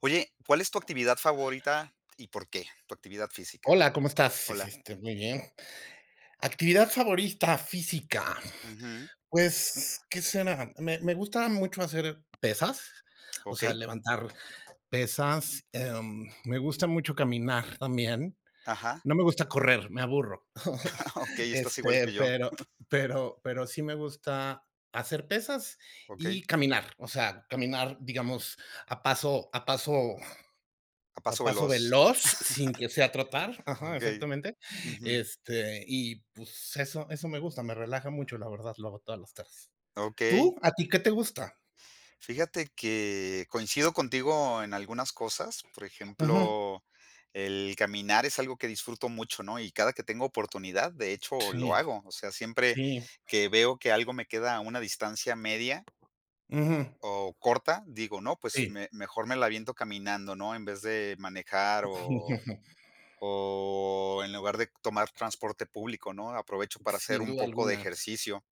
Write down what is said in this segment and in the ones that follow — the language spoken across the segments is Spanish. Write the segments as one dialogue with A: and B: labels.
A: Oye, ¿cuál es tu actividad favorita y por qué? Tu actividad física.
B: Hola, ¿cómo estás?
A: Hola.
B: Muy bien. Actividad favorita física.
A: Ujú,
B: Pues, ¿qué será? Me gusta mucho hacer pesas, o sea,
A: okey.
B: levantar pesas. Me gusta mucho caminar también.
A: Ajá.
B: No me gusta correr, me aburro.
A: Okey, estás igual que
B: Este,
A: yo.
B: pero, pero sí me gusta hacer pesas y
A: Okey.
B: caminar, o sea, caminar, digamos, a paso,
A: A
B: a
A: paso
B: paso
A: veloz.
B: veloz, sin que sea trotar. Ajá,
A: Okey.
B: exactamente.
A: Ujú.
B: Y pues eso me gusta, me relaja mucho, la verdad, lo hago todas las tardes.
A: Okey.
B: ¿Tú? ¿A ti qué te gusta?
A: Fíjate que coincido contigo en algunas cosas. Por
B: Ujú.
A: ejemplo, el caminar es algo que disfruto mucho, ¿no? Y cada que tengo oportunidad, de hecho, lo
B: Sí,
A: hago. O sea, siempre
B: sí.
A: que veo que algo me queda a una distancia media
B: Ujú.
A: o corta, digo, no, pues
B: Sí.
A: me mejor me la aviento caminando, ¿no? En vez de manejar o o en lugar de tomar transporte público, ¿no? Aprovecho para hacer
B: Sin
A: un
B: duda
A: poco de
B: alguna.
A: ejercicio,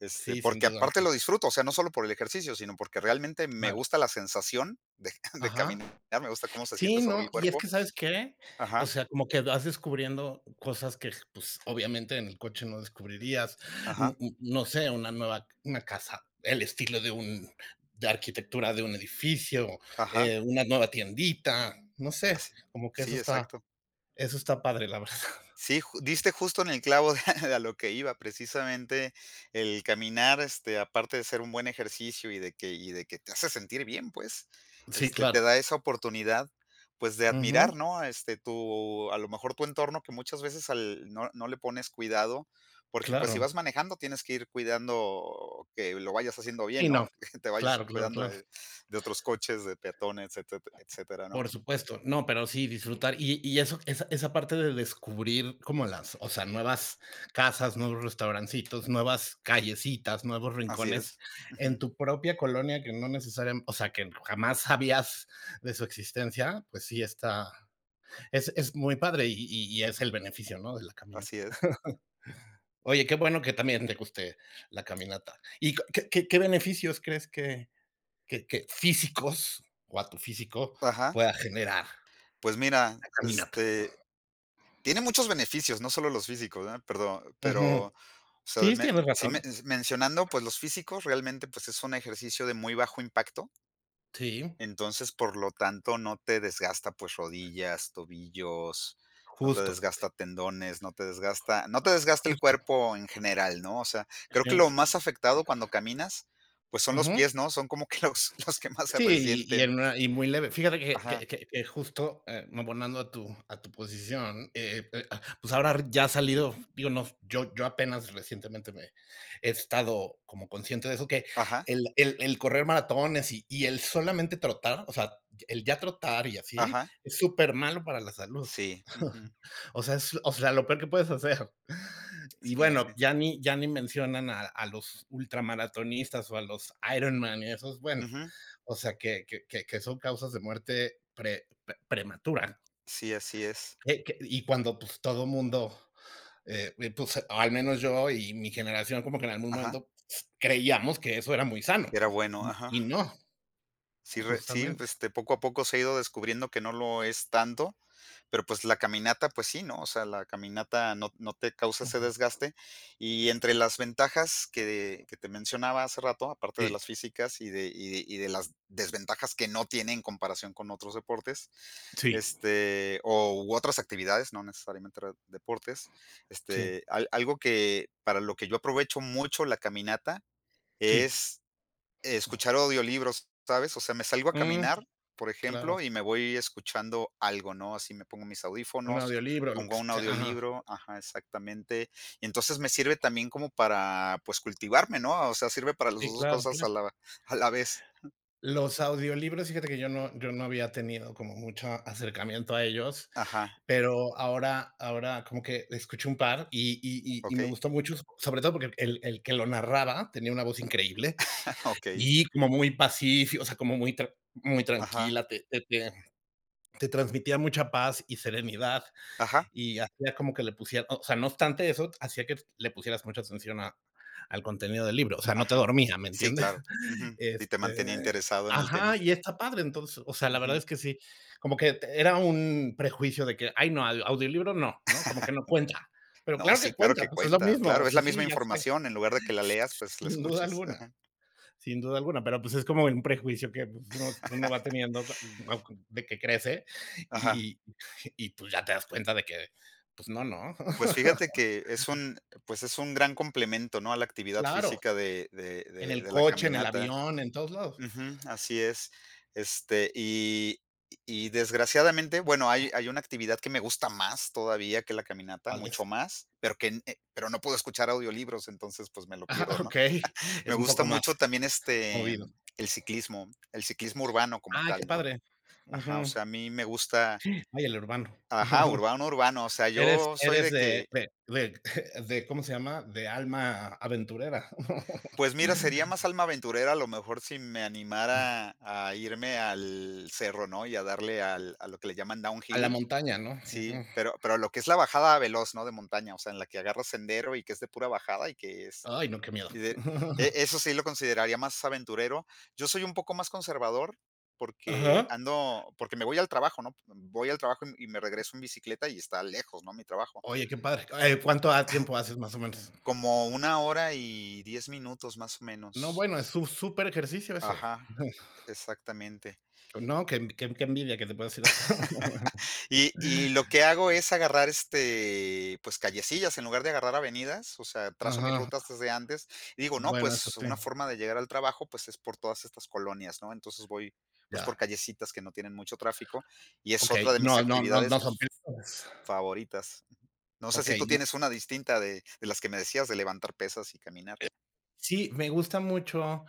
A: este,
B: Sí, sin
A: porque
B: duda
A: aparte
B: alguna.
A: lo disfruto, o sea, no solo por el ejercicio, sino porque realmente me
B: Claro.
A: gusta la sensación de de
B: Ajá.
A: caminar, me gusta cómo se siente
B: Sí,
A: sobre
B: no,
A: el
B: y es
A: cuerpo.
B: que, ¿sabes qué? O
A: Ajá,
B: sea, como que vas descubriendo cosas que, pues, obviamente en el coche no descubrirías,
A: ajá,
B: n n no sé, una nueva una casa, el estilo de arquitectura de un edificio,
A: ajá,
B: una nueva tiendita, no sé,
A: así.
B: como que eso
A: Sí,
B: está
A: exacto.
B: eso está padre, la verdad.
A: Sí, ju diste justo en el clavo de de a lo que iba, precisamente el caminar, este, aparte de ser un buen ejercicio y de que te hace sentir bien, pues,
B: Sí,
A: este, te
B: claro.
A: da esa oportunidad, pues, de
B: Ujú,
A: admirar, ¿no? Este, tu a lo mejor tu entorno que muchas veces al no le pones cuidado, porque, pues, si
B: claro.
A: vas manejando tienes que ir cuidando que lo vayas haciendo bien,
B: Sí,
A: ¿no?
B: no.
A: Que te vayas
B: Claro, claro,
A: cuidando
B: claro.
A: de otros coches, de peatones, etcétera, etcétera, ¿no?
B: Por supuesto, no, pero sí disfrutar y eso esa esa parte de descubrir como las, o sea, nuevas casas, nuevos restaurancitos, nuevas callecitas, nuevos
A: Así
B: rincones
A: es.
B: en
A: Ujú,
B: tu propia colonia que no necesariamente o sea, que jamás sabías de su existencia, pues sí está es muy padre y es
A: ujú,
B: el beneficio, ¿no?, de la
A: así
B: caminata.
A: es.
B: Oye, qué bueno que también te guste la caminata. ¿Y qué beneficios crees que físicos o a tu físico
A: Ajá.
B: pueda generar
A: Pues mira,
B: la caminata?
A: este, tiene muchos beneficios, no solo los físicos, ¿verdad? Perdón, pero,
B: Ujú.
A: o sea,
B: Sí,
A: me
B: tienes
A: sí me
B: razón.
A: mencionando, pues, los físicos, realmente, pues, es un ejercicio de muy bajo impacto,
B: Sí,
A: entonces, por lo tanto, no te desgasta, pues, rodillas, tobillos, no te
B: justo,
A: desgasta tendones, no te desgasta el
B: justo.
A: cuerpo en general, ¿no? O sea, creo que
B: Sí,
A: lo
B: que
A: más afectado cuando caminas, pues, son los
B: ujú.
A: pies, ¿no? Son como que los los que más se
B: Sí, y
A: resienten.
B: en una y muy leve. Fíjate que
A: Ajá,
B: que que que justo, abonando a tu posición, pues ahora ya ha salido, digo, no, yo apenas recientemente me he estado como consciente de eso, que
A: ajá,
B: el correr maratones y el solamente trotar, o sea, el ya trotar y así,
A: ajá.
B: es súper malo para la salud.
A: Sí, ujú.
B: O sea, o sea, lo peor que puedes hacer. Y
A: Sí,
B: bueno,
A: así.
B: ya ni mencionan a los ultramaratonistas o a los Ironman y esos, bueno,
A: Ujú.
B: o sea, que son causas de muerte prematura.
A: Sí, así es.
B: Y cuando pues todo mundo, pues o al menos yo y mi generación como que en algún
A: Ajá.
B: momento pues, creíamos que eso era muy sano.
A: Era bueno,
B: Y,
A: ajá.
B: y no,
A: Sí, re sí,
B: justamente.
A: este, poco a poco se ha ido descubriendo que no lo es tanto, pero, pues, la caminata, pues sí, ¿no? O sea, la caminata no te causa ese desgaste. Y entre las ventajas que te mencionaba hace rato, aparte de
B: Sí,
A: las físicas y de las desventajas que no tiene en comparación con otros deportes,
B: sí,
A: este, o u otras actividades, no necesariamente re deportes,
B: sí,
A: este, al algo que para lo que yo aprovecho mucho la caminata
B: sí.
A: es escuchar audiolibros, ¿sabes? O sea, me salgo a
B: Mm,
A: caminar, por
B: claro,
A: ejemplo, y me voy escuchando algo, ¿no? Así me pongo mis
B: un
A: audífonos,
B: audiolibro, lo
A: pongo
B: que
A: un
B: sea. Ajá.
A: audiolibro, ajá, exactamente. Y entonces me sirve también como para, pues, cultivarme, ¿no? O sea, sirve para las
B: Sí,
A: 2
B: claro,
A: cosas
B: claro.
A: a la vez.
B: Los audiolibros, fíjate que yo no había tenido como mucho acercamiento a ellos,
A: Ajá,
B: pero ahora como que escuché un par y me
A: okey,
B: gustó mucho, sobre todo porque el que lo narraba tenía una voz increíble
A: okey,
B: y como muy pacífico, o sea, como muy
A: ajá,
B: tranquila, te transmitía mucha paz y serenidad
A: ajá,
B: y hacía como que le pusiera o sea, no obstante eso, hacía que le pusieras mucha atención a al contenido del libro, o sea, no te
A: ajá.
B: dormía, ¿me
A: Sí,
B: entiendes?
A: claro, ujú. Y te mantenía
B: Este
A: interesado en el tema.
B: ajá, y está padre. Entonces, o sea, la verdad
A: Ujú.
B: es que sí, como que era un prejuicio de que: "Ay, no, au audiolibro no", ¿no? Como que no cuenta. Pero
A: No,
B: claro
A: sí,
B: que
A: claro
B: cuenta,
A: que
B: pues, es lo
A: cuenta, claro,
B: mismo.
A: es la
B: Sí,
A: misma
B: sí, ya sé.
A: información, en lugar de que la leas, pues, la
B: Sin duda
A: escuchas.
B: alguna, sin duda alguna, pero, pues, es como un prejuicio que, pues, uno va teniendo de que crece
A: Ajá.
B: y y, pues, ya te das cuenta de que, pues, no, no.
A: Pues fíjate que es un, pues es un gran complemento, ¿no? A la actividad
B: Claro,
A: física de, de,
B: en
A: de,
B: el
A: de la
B: coche, en el
A: caminata.
B: avión, en todos lados.
A: Ujú, así es. Este, y desgraciadamente, bueno, hay una actividad que me gusta más todavía que la caminata,
B: ¿Cuál
A: mucho
B: es?
A: más, pero pero no puedo escuchar audiolibros, entonces pues me lo
B: Ah,
A: pierdo, ¿no?
B: okey,
A: Me
B: es un
A: gusta
B: poco más
A: mucho también este
B: movido.
A: el ciclismo urbano como
B: Ay,
A: tal,
B: qué
A: ¿no?
B: padre.
A: Ajá, o
B: Ujú.
A: sea, a mí me gusta,
B: Ay, el urbano.
A: ajá, urbano, urbano, o sea,
B: Eres
A: yo soy
B: eres
A: de
B: de
A: que
B: de de de, ¿cómo se llama? De alma aventurera.
A: pues mira, sería más alma aventurera a lo mejor si me animara a irme al cerro, ¿no? Y a darle al a lo que le llaman
B: A la
A: downhill,
B: montaña, ¿no?
A: sí,
B: Ujú.
A: pero lo que es la bajada veloz, ¿no? De montaña, o sea, en la que agarras sendero y que es de pura bajada y que es
B: Ay, no, qué miedo.
A: y de e eso sí lo consideraría más aventurero. Yo soy un poco más conservador porque
B: Ajá.
A: ando porque me voy al trabajo, ¿no? Voy al trabajo y me regreso en bicicleta y está lejos, ¿no? Mi trabajo.
B: Oye, qué padre. ¿Cuánto a tiempo haces más o menos?
A: Como una hora y 10 minutos más o
B: No,
A: menos.
B: bueno, es un su ejercicio eso.
A: Ajá, exactamente.
B: No, qué envidia que te puedas ir hasta.
A: Y lo que hago es agarrar, este, pues, callecillas en lugar de agarrar avenidas, o sea, trazo mis
B: Ajá.
A: rutas desde antes, y digo, no,
B: Bueno, eso
A: pues,
B: sí,
A: una forma de llegar al trabajo, pues, es por todas estas colonias, ¿no? Entonces voy, pues, por
B: ya.
A: callecitas que no tienen mucho tráfico, y es
B: Okey,
A: otra de
B: no,
A: mis
B: no, no,
A: actividades
B: no son peligrosas.
A: favoritas. No sé si tú
B: Okey.
A: tienes una distinta de las que me decías de levantar pesas y caminar.
B: Sí, me gusta mucho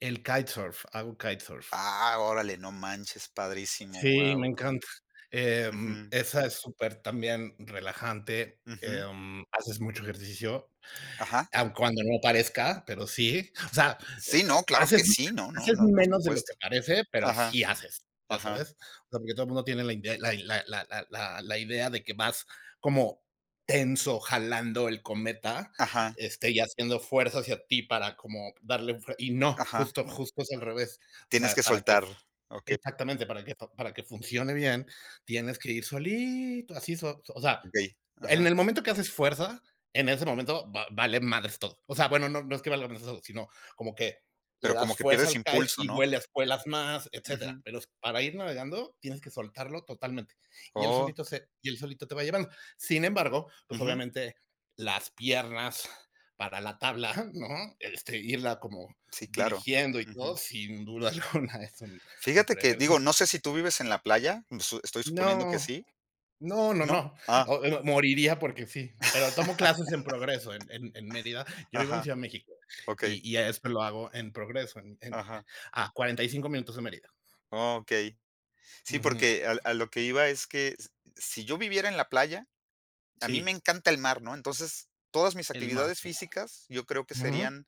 B: el kitesurf, hago kitesurf.
A: Ah, órale, no manches, padrísimo,
B: Sí. Sí, me
A: guau.
B: encanta. Em,
A: Ujú,
B: esa es súper también relajante,
A: ujú.
B: haces mucho ejercicio,
A: Ajá.
B: aun cuando no parezca, pero sí. O sea, eh,
A: Sí,
B: eh,
A: no, claro que
B: haces
A: sí, no, no,
B: haces
A: no, por
B: menos de lo
A: supuesto.
B: que parece, pero
A: Ajá,
B: sí haces, ¿ya
A: ajá,
B: sabes? O sea, porque todo el mundo tiene la idea, la idea de que vas como tenso jalando el cometa,
A: ajá,
B: y haciendo fuerza hacia ti para como darle un fre y no,
A: ajá.
B: justo es al revés. O
A: Tienes
B: sea,
A: que
B: para que
A: soltar. Okey,
B: exactamente, para que funcione bien, tienes que ir solito, así o sea,
A: okey,
B: en
A: ajá.
B: el momento que haces fuerza, en ese momento va vale madres todo. O sea, bueno, no es que valga madres todo, sino como que
A: Pero
B: le
A: como
B: das
A: que
B: fuerza
A: pierdes
B: al kite
A: impulso,
B: y
A: ¿no?
B: vuelas más, etcétera.
A: Ujú.
B: Pero s para ir navegando tienes que soltarlo totalmente,
A: Oh,
B: y él solito te va llevando. Sin embargo, pues,
A: ujú.
B: obviamente, las piernas para la tabla, ¿no? Irla como
A: Sí, claro.
B: dirigiendo y
A: Ujú.
B: todo, sin duda alguna, es un
A: Fíjate
B: super
A: que, digo,
B: ejercicio.
A: no sé si tú vives en la playa, su estoy suponiendo que
B: No,
A: sí,
B: no, no,
A: ¿no?
B: no.
A: Ah,
B: Moriría porque sí, pero tomo clases en Progreso, en Mérida. Yo vivo en
A: ajá,
B: Ciudad de México
A: okey,
B: y esto lo hago en Progreso, en
A: ajá.
B: a 45 minutos de Mérida.
A: Okey. Sí,
B: Ujú.
A: porque a lo que iba es que s si yo viviera en la playa, a mí me
B: Sí,
A: encanta el mar, ¿no? Entonces, todas mis
B: el mar,
A: actividades
B: sí.
A: físicas, yo creo que
B: Ujú.
A: serían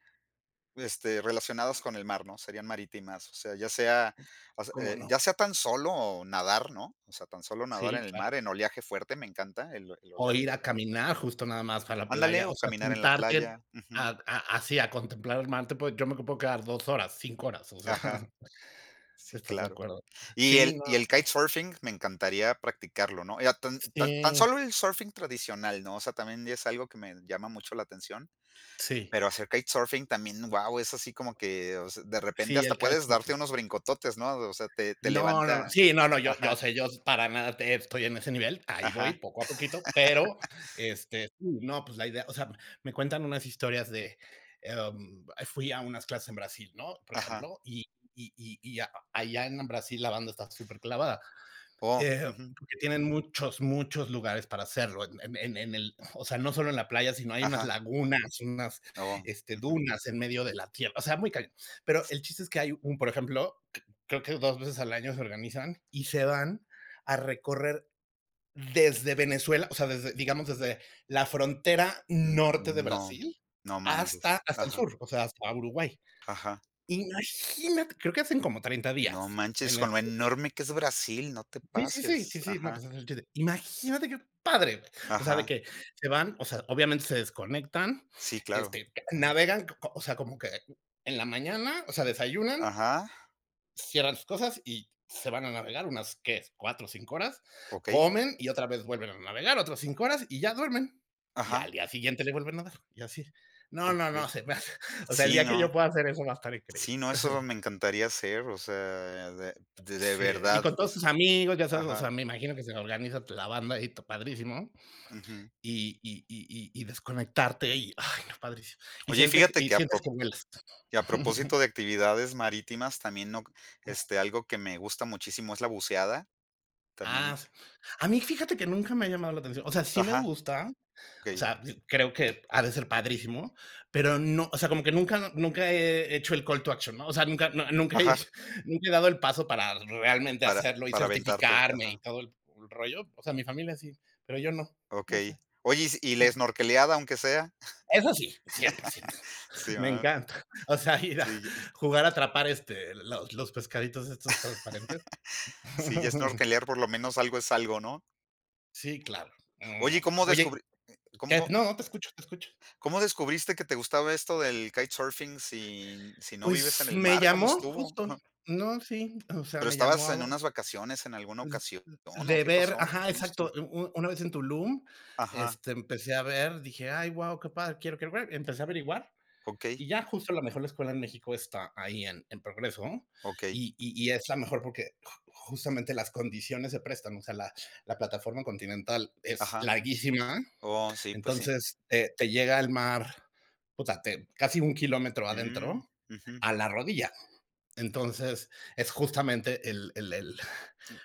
A: este, relacionadas con el mar, ¿no? Serían marítimas, o sea, ya sea o se
B: ¿Cómo
A: eh,
B: no?
A: ya sea tan solo nadar, ¿no? O sea, tan solo nadar en
B: Sí,
A: el
B: claro.
A: mar, en oleaje fuerte, me encanta el
B: O ir
A: oleaje.
B: a caminar justo nada más para la
A: Ándale,
B: playa,
A: o
B: o sea,
A: caminar en la
B: sentarte
A: playa,
B: a
A: ujú,
B: a así a contemplar el mar, te puede yo me puedo quedar 2 horas, 5 horas, o sea.
A: ajá, sí,
B: ¿Estás de
A: claro.
B: acuerdo?
A: Y
B: Sí,
A: el
B: no,
A: y el kitesurfing me encantaría practicarlo, ¿no? Ya tan
B: sí,
A: solo el surfing tradicional, ¿no? O sea, también es algo que me llama mucho la atención,
B: sí,
A: pero hacer kitesurfing también, wow, es así como que, o sea, de repente
B: sí,
A: hasta
B: el
A: puedes darte
B: kitesurf.
A: unos brincototes, ¿no? O sea, te
B: No, no, no.
A: levanta
B: Sí, no, no, yo
A: ajá,
B: sé, yo para nada te estoy en ese nivel, ahí voy
A: ajá.
B: poco a poquito, pero, sí, no, pues la idea, o sea, me cuentan unas historias de, fui a unas clases en Brasil, ¿no? Por
A: Ajá.
B: ejemplo, y a allá en Brasil la banda está súper clavada.
A: Oh,
B: Eh,
A: ujú.
B: porque tienen muchos, muchos lugares para hacerlo, en el o sea, no solo en la playa, sino hay unas
A: Ajá.
B: lagunas, unas,
A: Oh, ujú.
B: dunas en medio de la tierra, o sea, muy cañón. Pero el chiste es que por ejemplo, c creo que 2 veces al año se organizan y se van a recorrer desde Venezuela, o sea, desde, digamos, desde la frontera
A: N
B: norte de
A: no,
B: Brasil
A: no
B: hasta
A: manches.
B: hasta el
A: Ajá,
B: sur, o sea, hasta Uruguay.
A: ajá.
B: Imagínate, creo que hacen como 30 días.
A: No manches,
B: En
A: con lo
B: ese
A: enorme que es Brasil, no te
B: Sí, sí, sí,
A: pases.
B: sí, sí, no,
A: Ajá,
B: pues es el chiste. Imagínate qué padre, güey. O sea, de
A: ajá.
B: que se van, o sea, obviamente se desconectan,
A: Sí, claro. Ajá,
B: navegan, o sea, como que en la mañana, o sea, desayunan,
A: ajá,
B: cierran sus cosas y se van a navegar unas, ¿qué? 4 o 5 horas,
A: okey.
B: comen y otra vez vuelven a navegar otras 5 horas y ya duermen. Y
A: Ajá,
B: al día siguiente le vuelven a dar, y así. No, no,
A: okey.
B: no, se me hace, o sea, el
A: Sí,
B: día que yo
A: no.
B: pueda hacer eso va a estar increíble.
A: Sí, no, eso me encantaría hacer, o sea, de
B: Sí, y
A: verdad,
B: con
A: o
B: todos
A: sea
B: tus amigos, ya sabes, o sea,
A: ajá,
B: me imagino que se organiza la banda y to padrísimo.
A: ujú.
B: Y desconectarte y, ay, no, padrísimo. Y
A: Oye, y
B: siente que
A: fíjate
B: y
A: que
B: sientes que vuelas.
A: a propósito de actividades marítimas, también no este, algo que me gusta muchísimo es la buceada,
B: Ah,
A: también
B: sí. A mí, fíjate que nunca me ha llamado la atención. O sea, sí me
A: ajá.
B: gusta, o
A: Okey,
B: sea, sí, creo que ha de ser padrísimo, pero no, o sea, como que nunca he hecho el call to action, ¿no? O sea, nunca he
A: ajá,
B: nunca he dado el paso para realmente
A: para
B: hacerlo y
A: para aventarte,
B: certificarme y
A: ajá,
B: todo el rollo. O sea, mi familia sí, pero yo no, no sé
A: okey. Oye, ¿y si y la
B: cómo.
A: snorkeleada aunque sea?
B: Eso sí, 100%.
A: Sí,
B: Me
A: ¿verdad?
B: encanta. O sea, ir a
A: Sí, y
B: jugar a atrapar los pescaditos estos transparentes.
A: sí, ya snorkelear por lo menos algo es algo, ¿no?
B: Sí, claro. No,
A: Oye, ¿y
B: no, no.
A: cómo
B: Oye,
A: descubri
B: ¿qué?
A: cómo
B: No, no te escucho, te escucho.
A: cómo descubriste que te gustaba esto del kitesurfing si no vives en
B: Pues
A: el
B: me
A: mar? ¿Cómo
B: llamó
A: estuvo?
B: justo. No, sí, o sea,
A: ¿Pero
B: me
A: estabas
B: llamó,
A: en unas vacaciones en alguna ocasión o
B: de
A: qué
B: ver,
A: pasó?
B: ajá,
A: ¿Cómo
B: exacto.
A: estuvo?
B: Una vez en Tulum,
A: Ajá,
B: empecé a ver, dije, ay, wow, qué padre, quiero ver. Empecé a averiguar.
A: okey,
B: Y ya justo la mejor escuela en México está ahí en Progreso
A: okey,
B: y es la mejor porque justamente las condiciones se prestan, o sea, la plataforma continental es
A: ajá.
B: larguísima,
A: Oh, sí, pues sí.
B: entonces, te llega el mar, puta, casi un kilómetro
A: Mm,
B: adentro
A: ujú.
B: a la rodilla. Entonces es justamente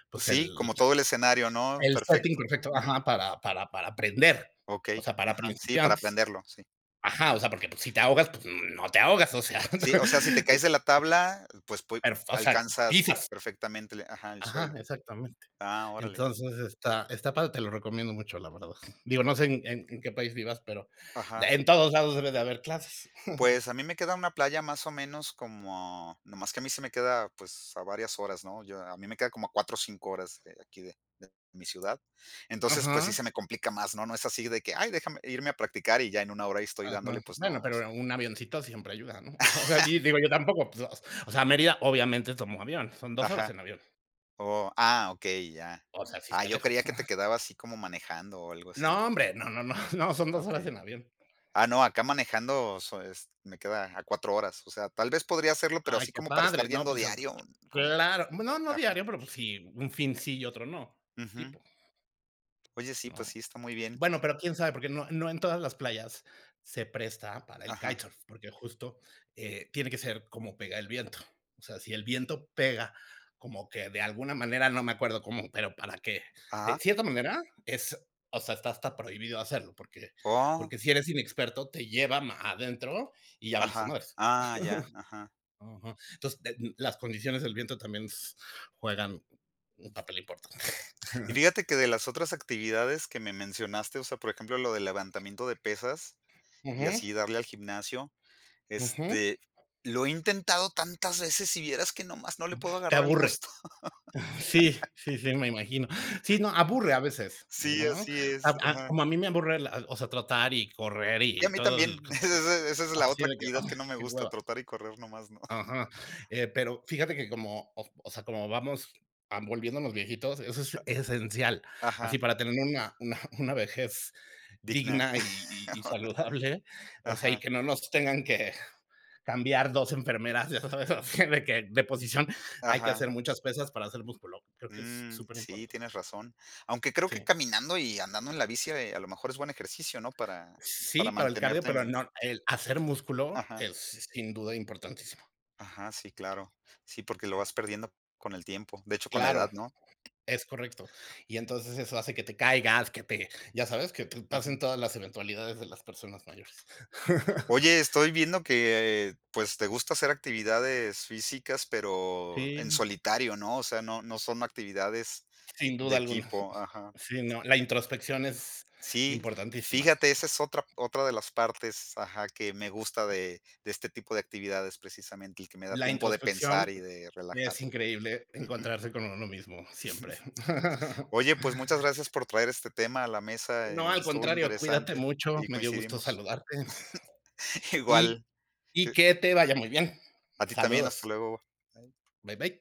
B: pues
A: Sí,
B: el,
A: como todo el escenario, ¿no?
B: el setting
A: Perfecto.
B: perfecto, ajá, para aprender, o
A: Okey,
B: sea, para
A: ajá, sí, para
B: principiantes.
A: aprenderlo, sí.
B: Ajá, o sea, porque pues, si te ahogas, pues no te ahogas, o sea,
A: Sí, o sea, si te caes de la tabla, pues, pue
B: pero o sea,
A: alcanzas
B: pizzas.
A: perfectamente el ajá, el
B: Ajá,
A: suelo.
B: exactamente.
A: Ah, órale.
B: Entonces está padre, te lo recomiendo mucho, la verdad. Digo,
A: O
B: no sé en qué país vivas, pero
A: ajá.
B: en todos lados debe de haber clases.
A: Pues, a mí me queda una playa más o menos como nomás que a mí se me queda, pues, a varias horas, ¿no? Yo a mí me queda como a 4 o 5 horas de aquí de mi ciudad. Entonces, pues, sí se
B: Ajá,
A: me complica más, ¿no? No es así de que: "Ay, déjame irme a practicar y ya en una hora ahí estoy dándole",
B: ajá.
A: pues no,
B: Bueno,
A: o sea
B: pero un avioncito siempre ayuda, ¿no? O sea, di digo, yo tampoco, pues, o sea, Mérida obviamente tomo avión, son 2 horas
A: ajá.
B: en avión.
A: Oh, ah, okey, ya.
B: O sea, sí
A: Ah,
B: está
A: yo
B: lejos.
A: creía que te quedaba así como manejando o algo
B: No,
A: así.
B: hombre, no, no, no, no, son 2 horas
A: Okey.
B: en avión.
A: Ah, no, acá manejando so es me queda a 4 horas, o sea, tal vez podría hacerlo, pero
B: Ay,
A: así
B: qué
A: como para estar
B: padre, no,
A: yendo
B: pues, al
A: diario, como
B: claro. No, no
A: a ajá,
B: diario, pero, pues, sí, un fin sí y otro no,
A: ujú.
B: tipo,
A: Oye, sí, pues
B: ¿no?
A: sí, está muy bien.
B: Bueno, pero quién sabe, porque no en todas las playas se presta para el
A: Ajá,
B: kitesurf, porque justo, tiene que ser como pega el viento. O sea, si el viento pega como que de alguna manera, no me acuerdo cómo, pero para que de
A: ajá.
B: cierta manera es o sea, está hasta prohibido hacerlo, porque
A: Oh,
B: porque si eres inexperto, te lleva ma adentro y ya valiste
A: ajá.
B: madres.
A: Ah, ya, ajá.
B: Ujú. Entonces, de las condiciones del viento también s juegan un papel importante.
A: Y fíjate que de las otras actividades que me mencionaste, o sea, por ejemplo, lo del levantamiento de pesas y
B: Ujú,
A: así darle al gimnasio,
B: ujú.
A: este, lo he intentado tantas veces, y vieras que nomás no le puedo
B: Te
A: agarrar el
B: aburre.
A: gusto.
B: Sí, sí, sí, me imagino. Sí, no, aburre a veces,
A: Sí,
B: ¿no?
A: así es,
B: A
A: ajá.
B: como a mí me aburre la, o sea, trotar y correr
A: Sí, a
B: y
A: mí
B: todo el
A: también. Esa es la
B: así
A: otra
B: de que,
A: actividad
B: ah,
A: que no me
B: qué
A: gusta,
B: hueva.
A: trotar y correr nomás no.
B: Ajá. Pero fíjate que como, o sea, como vamos, volviéndonos viejitos, eso es esencial.
A: Ajá,
B: Así para tener una vejez
A: digna.
B: digna y saludable, o sea, y
A: Ajá,
B: que no nos tengan que cambiar 2 enfermeras, ya sabes, así de que de posición hay que hacer
A: ajá.
B: muchas pesas para hacer músculo. Creo que es
A: Mm,
B: súper
A: sí,
B: importante.
A: tienes razón. Aunque creo que
B: Sí.
A: caminando y andando en la bici, a lo mejor es buen ejercicio, ¿no? Para
B: Sí,
A: para
B: para el cardio,
A: mantenerte
B: pero
A: en
B: no, el hacer músculo
A: ajá,
B: es sin duda importantísimo.
A: ajá, sí, claro. Sí, porque lo vas perdiendo con el tiempo. De hecho, con la edad,
B: Claro,
A: ¿no?
B: es correcto. Y entonces eso hace que te caigas, que te ya sabes, que te pasen todas las eventualidades de las personas mayores.
A: Oye, estoy viendo que, pues, te gusta hacer actividades físicas, pero en
B: Sí,
A: solitario, ¿no? O sea, no son actividades
B: sin
A: de
B: duda alguna.
A: equipo, ajá.
B: Sí, no, la introspección es
A: Sí,
B: importantísima.
A: fíjate, esa es otra de las partes, ajá, que me gusta de este tipo de actividades, precisamente, el que me da
B: La
A: tiempo de
B: introspección
A: pensar y de relajar.
B: es increíble,
A: Ujú.
B: encontrarse con uno mismo siempre.
A: Oye, pues, muchas gracias por traer este tema a la mesa,
B: No, al
A: estuvo
B: contrario, cuídate
A: interesante
B: mucho,
A: y
B: me dio gusto
A: coincidimos.
B: saludarte.
A: Igual,
B: Y y
A: que
B: que te vaya muy bien.
A: a ti también, hasta
B: Saludos.
A: luego.
B: Bye, bye.